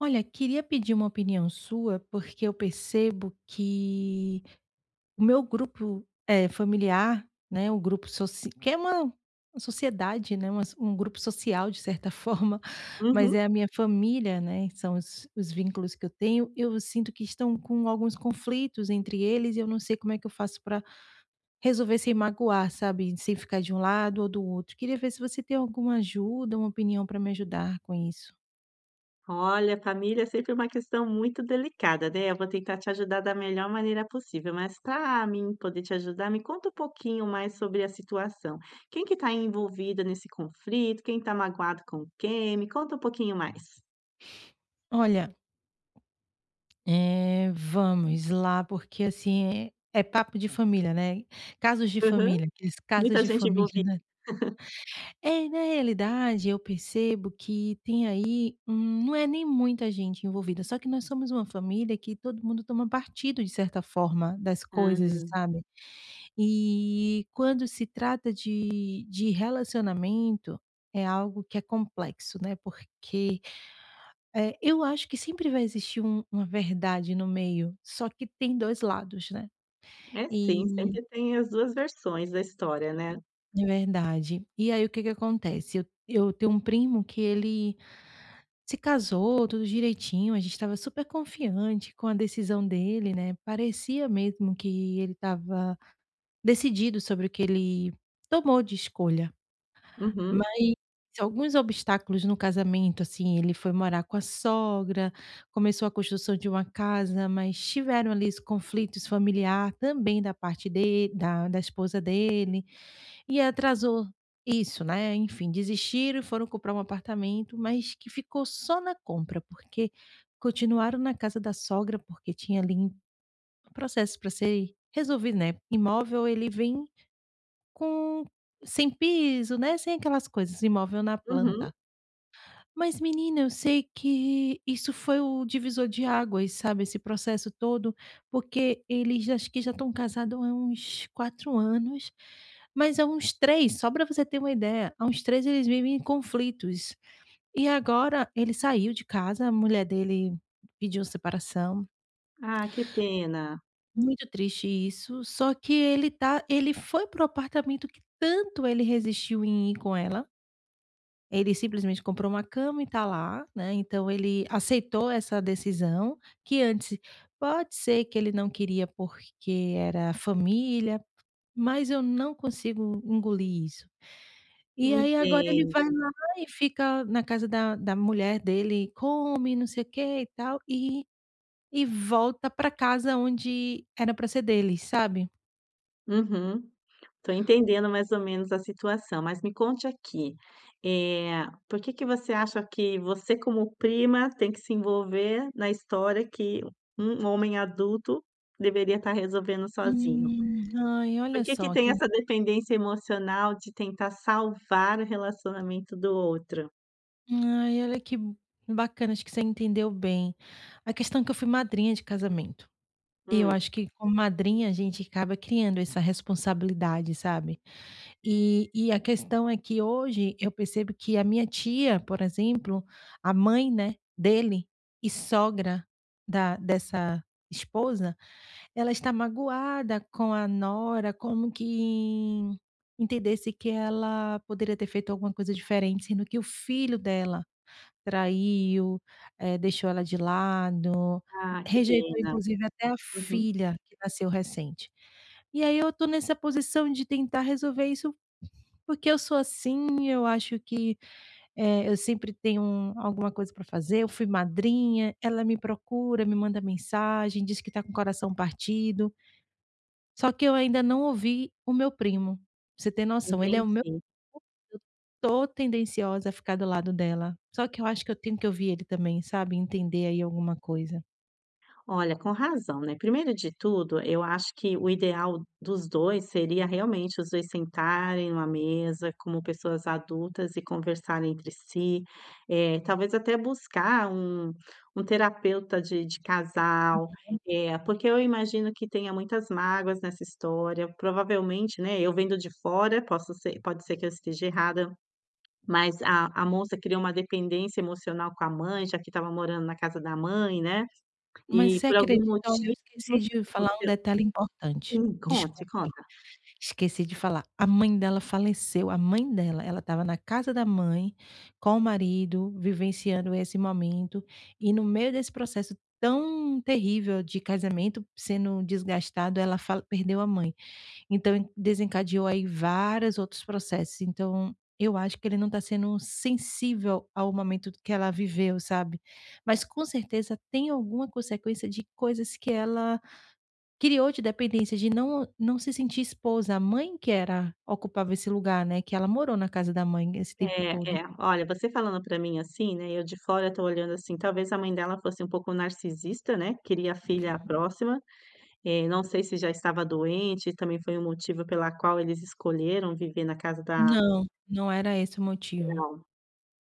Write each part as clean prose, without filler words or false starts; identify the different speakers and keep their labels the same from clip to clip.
Speaker 1: Olha, queria pedir uma opinião sua, porque eu percebo que o meu grupo familiar, né, que é uma sociedade, né, um grupo social de certa forma, mas
Speaker 2: Uhum.
Speaker 1: é a minha família, né, são os vínculos que eu tenho. Eu sinto que estão com alguns conflitos entre eles e eu não sei como é que eu faço para resolver sem magoar, sabe, sem ficar de um lado ou do outro. Queria ver se você tem alguma ajuda, uma opinião para me ajudar com isso.
Speaker 2: Olha, família é sempre uma questão muito delicada, né. Eu vou tentar te ajudar da melhor maneira possível, mas para mim poder te ajudar, me conta um pouquinho mais sobre a situação. Quem que está envolvido nesse conflito? Quem está magoado com quem? Me conta um pouquinho mais.
Speaker 1: Olha, é, vamos lá, porque assim, é papo de família, né, casos de
Speaker 2: Aham.
Speaker 1: família, aqueles casos
Speaker 2: Muita
Speaker 1: de
Speaker 2: gente
Speaker 1: família,
Speaker 2: envolvida?
Speaker 1: né. É, na realidade, eu percebo que tem aí, não é nem muita gente envolvida, só que nós somos uma família que todo mundo toma partido, de certa forma, das coisas,
Speaker 2: Ah,
Speaker 1: sabe. E quando se trata de relacionamento, é algo que é complexo, né, porque eu acho que sempre vai existir uma verdade no meio, só que tem 2 lados, né.
Speaker 2: é sim,
Speaker 1: E
Speaker 2: sempre tem as duas versões da história, né.
Speaker 1: é verdade. E aí o que que acontece, eu tenho um primo que ele se casou, tudo direitinho, a gente estava super confiante com a decisão dele, né, parecia mesmo que ele estava decidido sobre o que ele tomou de escolha.
Speaker 2: Uhum,
Speaker 1: Mas alguns obstáculos no casamento, assim, ele foi morar com a sogra, começou a construção de uma casa, mas tiveram ali os conflitos familiar também da parte de da da esposa dele, e atrasou isso, né, enfim, desistiram e foram comprar um apartamento, mas que ficou só na compra, porque continuaram na casa da sogra, porque tinha ali um processo para ser resolvido, né, imóvel ele vem com sem piso, né, sem aquelas coisas, imóvel na
Speaker 2: uhum.
Speaker 1: planta. Mas menina, eu sei que isso foi o divisor de águas, sabe, esse processo todo, porque acho que já estão casados há uns 4 anos, mas há uns 3. Só para você ter uma ideia, há uns 3 eles vivem em conflitos. E agora ele saiu de casa, a mulher dele pediu separação,
Speaker 2: Ah, que pena.
Speaker 1: muito triste isso, só que ele foi pro apartamento que tanto ele resistiu em ir com ela. Ele simplesmente comprou uma cama e está lá, né, então ele aceitou essa decisão, que antes pode ser que ele não queria porque era família, mas eu não consigo engolir isso. E aí agora ele vai
Speaker 2: Entendo.
Speaker 1: lá e fica na casa da mulher dele, come, não sei o que e tal, e volta para casa onde era para ser dele, sabe.
Speaker 2: Uhum. Estou entendendo mais ou menos a situação, mas me conte aqui, por que que você acha que você como prima tem que se envolver na história que um homem adulto deveria estar resolvendo sozinho?
Speaker 1: Hum, ai,
Speaker 2: Por
Speaker 1: olha
Speaker 2: que que
Speaker 1: só
Speaker 2: tem
Speaker 1: que
Speaker 2: essa dependência emocional de tentar salvar o relacionamento do outro?
Speaker 1: Ai, olha que bacana, acho que você entendeu bem. A questão é que eu fui madrinha de casamento. E eu
Speaker 2: Hum,
Speaker 1: acho que como madrinha a gente acaba criando essa responsabilidade, sabe. E a questão é que hoje eu percebo que a minha tia, por exemplo, a mãe, né, dele e sogra da dessa esposa, ela está magoada com a nora, como que entendesse que ela poderia ter feito alguma coisa diferente, sendo que o filho dela traiu, deixou ela de lado,
Speaker 2: ah, que
Speaker 1: rejeitou
Speaker 2: pena.
Speaker 1: inclusive até a
Speaker 2: Uhum,
Speaker 1: filha que nasceu recente. E aí eu tô nessa posição de tentar resolver isso, porque eu sou assim, eu acho que, eu sempre tenho alguma coisa pra fazer, eu fui madrinha, ela me procura, me manda mensagem, diz que tá com o coração partido, só que eu ainda não ouvi o meu primo, pra você ter noção, ele é o meu.
Speaker 2: entendi.
Speaker 1: Eu tô tendenciosa a ficar do lado dela, só que eu acho que eu tenho que ouvir ele também, sabe, entender aí alguma coisa.
Speaker 2: Olha, com razão, né. Primeiro de tudo, eu acho que o ideal dos 2 seria realmente os 2 sentarem numa mesa como pessoas adultas e conversarem entre si, talvez até buscar um terapeuta de casal, porque eu imagino que tenha muitas mágoas nessa história, provavelmente, né, eu vendo de fora, posso ser pode ser que eu esteja errada, mas a moça criou uma dependência emocional com a mãe, já que estava morando na casa da mãe, né.
Speaker 1: Mas
Speaker 2: E
Speaker 1: você
Speaker 2: por algum
Speaker 1: acredita, olha, eu esqueci
Speaker 2: motivo
Speaker 1: de
Speaker 2: o
Speaker 1: falar um
Speaker 2: teu
Speaker 1: detalhe importante,
Speaker 2: sim, conte,
Speaker 1: desculpa,
Speaker 2: conta.
Speaker 1: esqueci de falar. A mãe dela faleceu, a mãe dela, ela estava na casa da mãe, com o marido, vivenciando esse momento, e no meio desse processo tão terrível de casamento sendo desgastado, ela fale perdeu a mãe. Então desencadeou aí vários outros processos, então eu acho que ele não está sendo sensível ao momento que ela viveu, sabe. Mas com certeza tem alguma consequência de coisas que ela criou de dependência, de não se sentir esposa, a mãe que era ocupava esse lugar, né, que ela morou na casa da mãe esse tempo
Speaker 2: É,
Speaker 1: todo.
Speaker 2: é. Olha, você falando pra mim assim, né, eu de fora tô olhando assim, talvez a mãe dela fosse um pouco narcisista, né, queria a filha próxima, não sei se já estava doente, também foi um motivo pela qual eles escolheram viver na casa da
Speaker 1: Não, não era esse o motivo.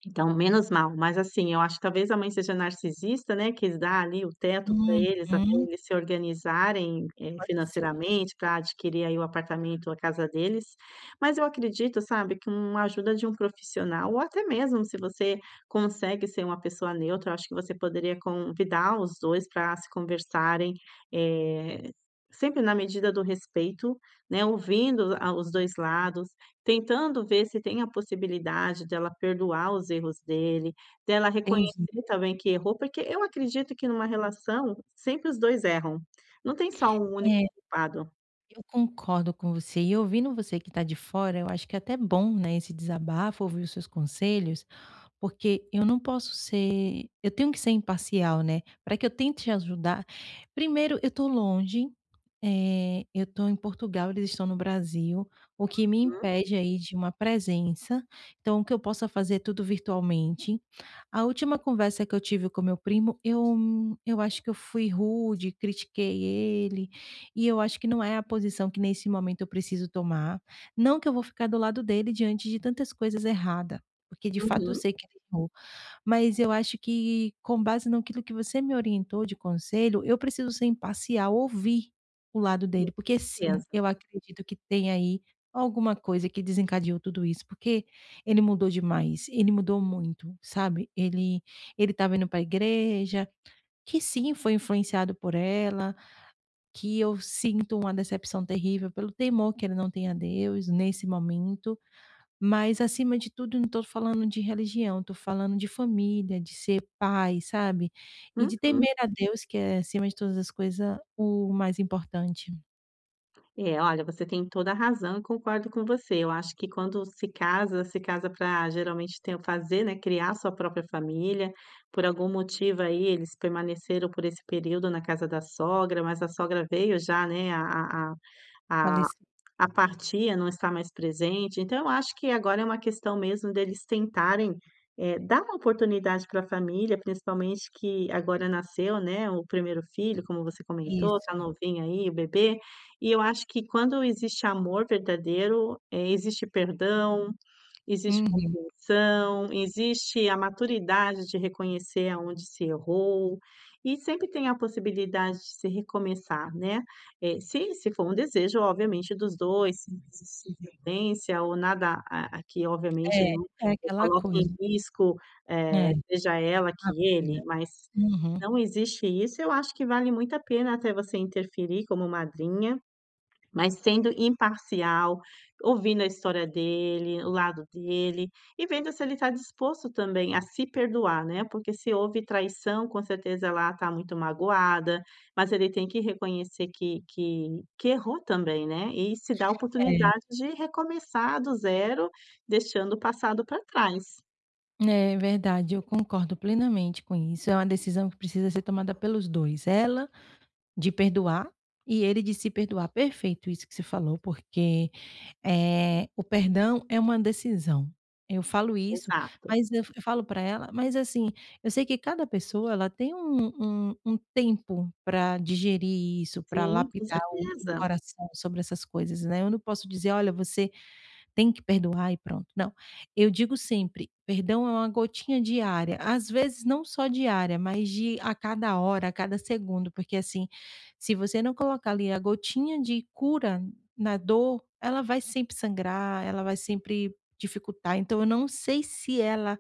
Speaker 2: Então, menos mal, mas assim, eu acho que talvez a mãe seja narcisista, né, quis dar ali o teto para eles, até
Speaker 1: Uhum,
Speaker 2: eles se organizarem,
Speaker 1: pode ser,
Speaker 2: financeiramente para adquirir aí o apartamento ou a casa deles. Mas eu acredito, sabe, que uma ajuda de um profissional ou até mesmo se você consegue ser uma pessoa neutra, eu acho que você poderia convidar os 2 para se conversarem, eh, sempre na medida do respeito, né, ouvindo a os 2 lados. Tentando ver se tem a possibilidade dela perdoar os erros dele, dela
Speaker 1: entendi.
Speaker 2: reconhecer também que errou, porque eu acredito que numa relação sempre os 2 erram, não tem só um único
Speaker 1: É.
Speaker 2: culpado.
Speaker 1: Eu concordo com você. E ouvindo você que está de fora, eu acho que é até bom, né, esse desabafo, ouvir os seus conselhos, porque eu não posso ser, eu tenho que ser imparcial, né. Para que eu tente te ajudar, primeiro eu estou longe, eu estou em Portugal, eles estão no Brasil, o que me
Speaker 2: Uhum,
Speaker 1: impede aí de uma presença, então o que eu possa fazer é tudo virtualmente. A última conversa que eu tive com meu primo, eu acho que eu fui rude, critiquei ele, e eu acho que não é a posição que nesse momento eu preciso tomar, não que eu vou ficar do lado dele diante de tantas coisas erradas. Porque de fato eu
Speaker 2: uhum,
Speaker 1: sei que ele errou, mas eu acho que com base naquilo que você me orientou de conselho, eu preciso ser imparcial, ouvir o lado
Speaker 2: sim,
Speaker 1: dele, porque sim,
Speaker 2: certeza.
Speaker 1: eu acredito que tem aí alguma coisa que desencadeou tudo isso, porque ele mudou demais, ele mudou muito, sabe. Ele estava indo para a igreja, que sim, foi influenciado por ela, que eu sinto uma decepção terrível pelo temor que ele não tem a Deus nesse momento. Mas acima de tudo, não estou falando de religião, estou falando de família, de ser pai, sabe, e de
Speaker 2: Uhum.
Speaker 1: temer a Deus, que é acima de todas as coisas o mais importante.
Speaker 2: É, olha, você tem toda a razão e concordo com você, eu acho que quando se casa, se casa para geralmente ter fazer, né, criar sua própria família, por algum motivo aí eles permaneceram por esse período na casa da sogra, mas a sogra veio já, né, a
Speaker 1: Falei
Speaker 2: A
Speaker 1: isso.
Speaker 2: apatia não está mais presente, então eu acho que agora é uma questão mesmo deles tentarem, dar uma oportunidade para a família, principalmente que agora nasceu, né, o primeiro filho, como você comentou, tá
Speaker 1: Isso.
Speaker 2: novinho aí o bebê, e eu acho que quando existe amor verdadeiro, existe perdão. Existe
Speaker 1: Uhum.
Speaker 2: compreensão, existe a maturidade de reconhecer aonde se errou, e sempre tem a possibilidade de se recomeçar, né. Se for um desejo, obviamente, dos 2, se não existir violência ou nada a a que, obviamente,
Speaker 1: É,
Speaker 2: não
Speaker 1: é aquela
Speaker 2: coloque em
Speaker 1: coisa.
Speaker 2: risco,
Speaker 1: É,
Speaker 2: seja ela
Speaker 1: a
Speaker 2: que
Speaker 1: vida.
Speaker 2: ele, mas se
Speaker 1: Uhum.
Speaker 2: não existe isso, eu acho que vale muito a pena até você interferir como madrinha, mas sendo imparcial, ouvindo a história dele, o lado dele, e vendo se ele está disposto também a se perdoar, né, porque se houve traição, com certeza ela está muito magoada, mas ele tem que reconhecer que errou também, né, e se dá a
Speaker 1: É,
Speaker 2: oportunidade de recomeçar do zero, deixando o passado para trás.
Speaker 1: é verdade, eu concordo plenamente com isso, é uma decisão que precisa ser tomada pelos 2. Ela de perdoar e ele de se perdoar. Perfeito isso que você falou, porque, o perdão é uma decisão. Eu falo isso,
Speaker 2: Exato.
Speaker 1: mas eu falo para ela, mas, assim, eu sei que cada pessoa ela tem um tempo para digerir isso, para
Speaker 2: Sim, com
Speaker 1: lapidar o
Speaker 2: certeza.
Speaker 1: coração sobre essas coisas, né. Eu não posso dizer: "Olha, você tem que perdoar e pronto", não. Eu digo sempre, perdão é uma gotinha diária, às vezes não só diária, mas de a cada hora, a cada segundo, porque assim, se você não colocar ali a gotinha de cura na dor, ela vai sempre sangrar, ela vai sempre dificultar, então eu não sei se ela,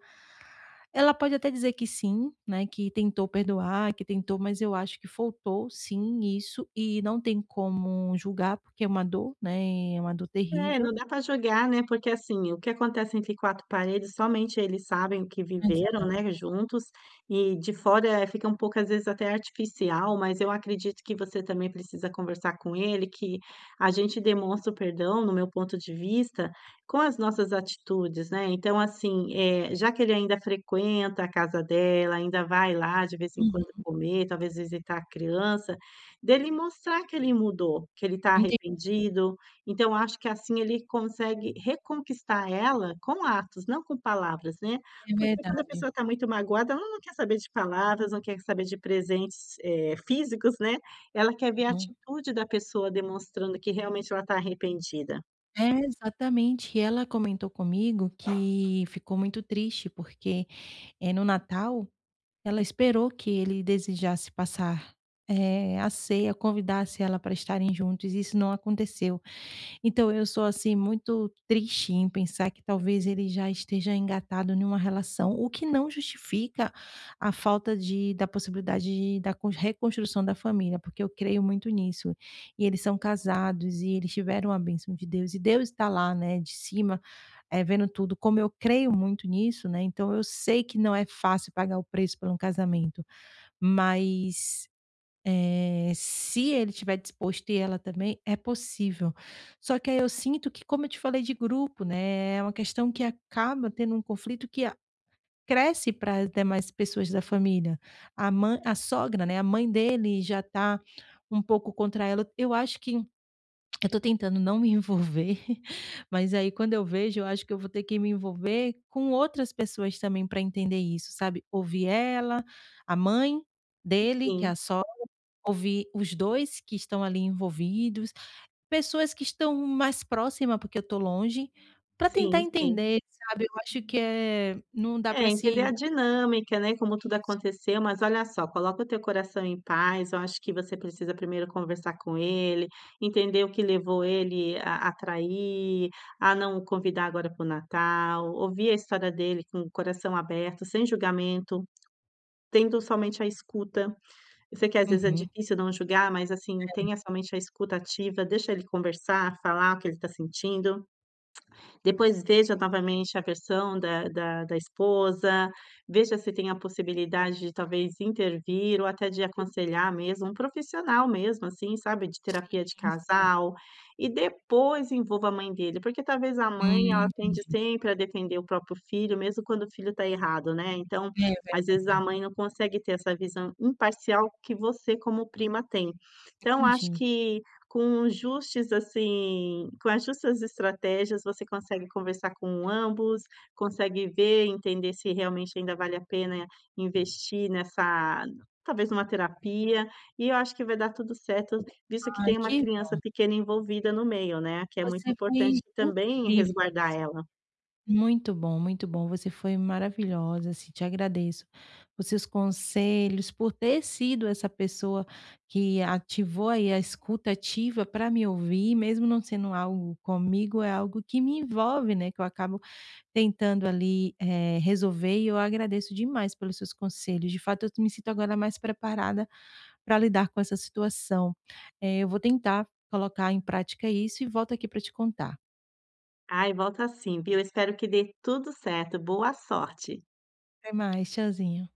Speaker 1: ela pode até dizer que sim, né, que tentou perdoar, que tentou, mas eu acho que faltou sim isso, e não tem como julgar, porque é uma dor, né, é uma dor
Speaker 2: É,
Speaker 1: terrível.
Speaker 2: não dá pra julgar, né, porque, assim, o que acontece entre quatro paredes, somente eles sabem o que viveram,
Speaker 1: Exato,
Speaker 2: né, juntos, e de fora fica um pouco, às vezes, até artificial, mas eu acredito que você também precisa conversar com ele, que a gente demonstra o perdão, no meu ponto de vista, com as nossas atitudes, né. Então, assim, já que ele ainda frequenta a casa dela, ainda vai lá de vez em quando
Speaker 1: uhum,
Speaker 2: comer, talvez visitar a criança, dele mostrar que ele mudou, que ele está arrependido, então acho que assim ele consegue reconquistar ela com atos, não com palavras, né.
Speaker 1: é
Speaker 2: Porque quando a
Speaker 1: verdade.
Speaker 2: pessoa está muito magoada, ela não quer saber de palavras, não quer saber de presentes, físicos, né, ela quer ver a
Speaker 1: Uhum.
Speaker 2: atitude da pessoa demonstrando que realmente ela está arrependida.
Speaker 1: É, exatamente. E ela comentou comigo que ficou muito triste, porque, no Natal, ela esperou que ele desejasse passar, a ceia, convidasse ela para estarem juntos, e isso não aconteceu. Então eu sou, assim, muito triste em pensar que talvez ele já esteja engatado em uma relação, o que não justifica a falta de da possibilidade da con reconstrução da família, porque eu creio muito nisso. E eles são casados e eles tiveram a bênção de Deus e Deus está lá, né, de cima, vendo tudo. Como eu creio muito nisso, né, então eu sei que não é fácil pagar o preço por um casamento, mas se ele estiver disposto e ela também, é possível. Só que aí eu sinto que, como eu te falei de grupo, né, é uma questão que acaba tendo um conflito que a cresce para as demais pessoas da família. A mãe, a sogra, né, a mãe dele já está um pouco contra ela. Eu acho que eu tô tentando não me envolver, mas aí quando eu vejo, eu acho que eu vou ter que me envolver com outras pessoas também para entender isso, sabe. Ouvir ela, a mãe dele, que é a
Speaker 2: Sim,
Speaker 1: sogra, ouvir os 2 que estão ali envolvidos, pessoas que estão mais próximas porque eu tô longe, para
Speaker 2: sim,
Speaker 1: tentar
Speaker 2: sim.
Speaker 1: entender, sabe. Eu acho que é não dá
Speaker 2: É,
Speaker 1: para
Speaker 2: entender a
Speaker 1: se.
Speaker 2: dinâmica, né, como tudo
Speaker 1: Isso.
Speaker 2: aconteceu, mas olha só, coloca o teu coração em paz, eu acho que você precisa primeiro conversar com ele, entender o que levou ele a trair, a não o convidar agora para o Natal, ouvir a história dele com o coração aberto, sem julgamento, tendo somente a escuta. Eu sei que às vezes é
Speaker 1: Uhum.
Speaker 2: difícil não julgar, mas assim, tenha somente a escuta ativa, deixa ele conversar, falar o que ele está sentindo. Depois veja novamente a versão da esposa, veja se tem a possibilidade de talvez intervir ou até de aconselhar mesmo, um profissional mesmo, assim, sabe, de terapia de
Speaker 1: Sim, sim.
Speaker 2: casal. E depois envolva a mãe dele, porque talvez a mãe ela tende
Speaker 1: Entendi.
Speaker 2: sempre a defender o próprio filho, mesmo quando o filho está errado, né. Então,
Speaker 1: É
Speaker 2: às vezes a
Speaker 1: verdade.
Speaker 2: mãe não consegue ter essa visão imparcial que você como prima tem. Então acho
Speaker 1: Entendi.
Speaker 2: que com justos, assim, com as justas estratégias, você consegue conversar com ambos, consegue ver, entender se realmente ainda vale a pena investir nessa, talvez numa terapia, e eu acho que vai dar tudo certo, visto que
Speaker 1: Ai,
Speaker 2: tem uma
Speaker 1: que.
Speaker 2: criança pequena envolvida no meio, né, que é muito
Speaker 1: Você
Speaker 2: importante
Speaker 1: foi
Speaker 2: também
Speaker 1: incrível,
Speaker 2: resguardar ela.
Speaker 1: muito bom, muito bom. Você foi maravilhosa, assim, te agradeço por seus conselhos, por ter sido essa pessoa que ativou aí a escuta ativa para me ouvir, mesmo não sendo algo comigo, é algo que me envolve, né, que eu acabo tentando ali, resolver e eu agradeço demais pelos seus conselhos. De fato, eu me sinto agora mais preparada para lidar com essa situação. Eh, eu vou tentar colocar em prática isso e volto aqui para te contar.
Speaker 2: Ai, volta sim, viu. Espero que dê tudo certo. Boa sorte.
Speaker 1: Até mais, tchauzinho.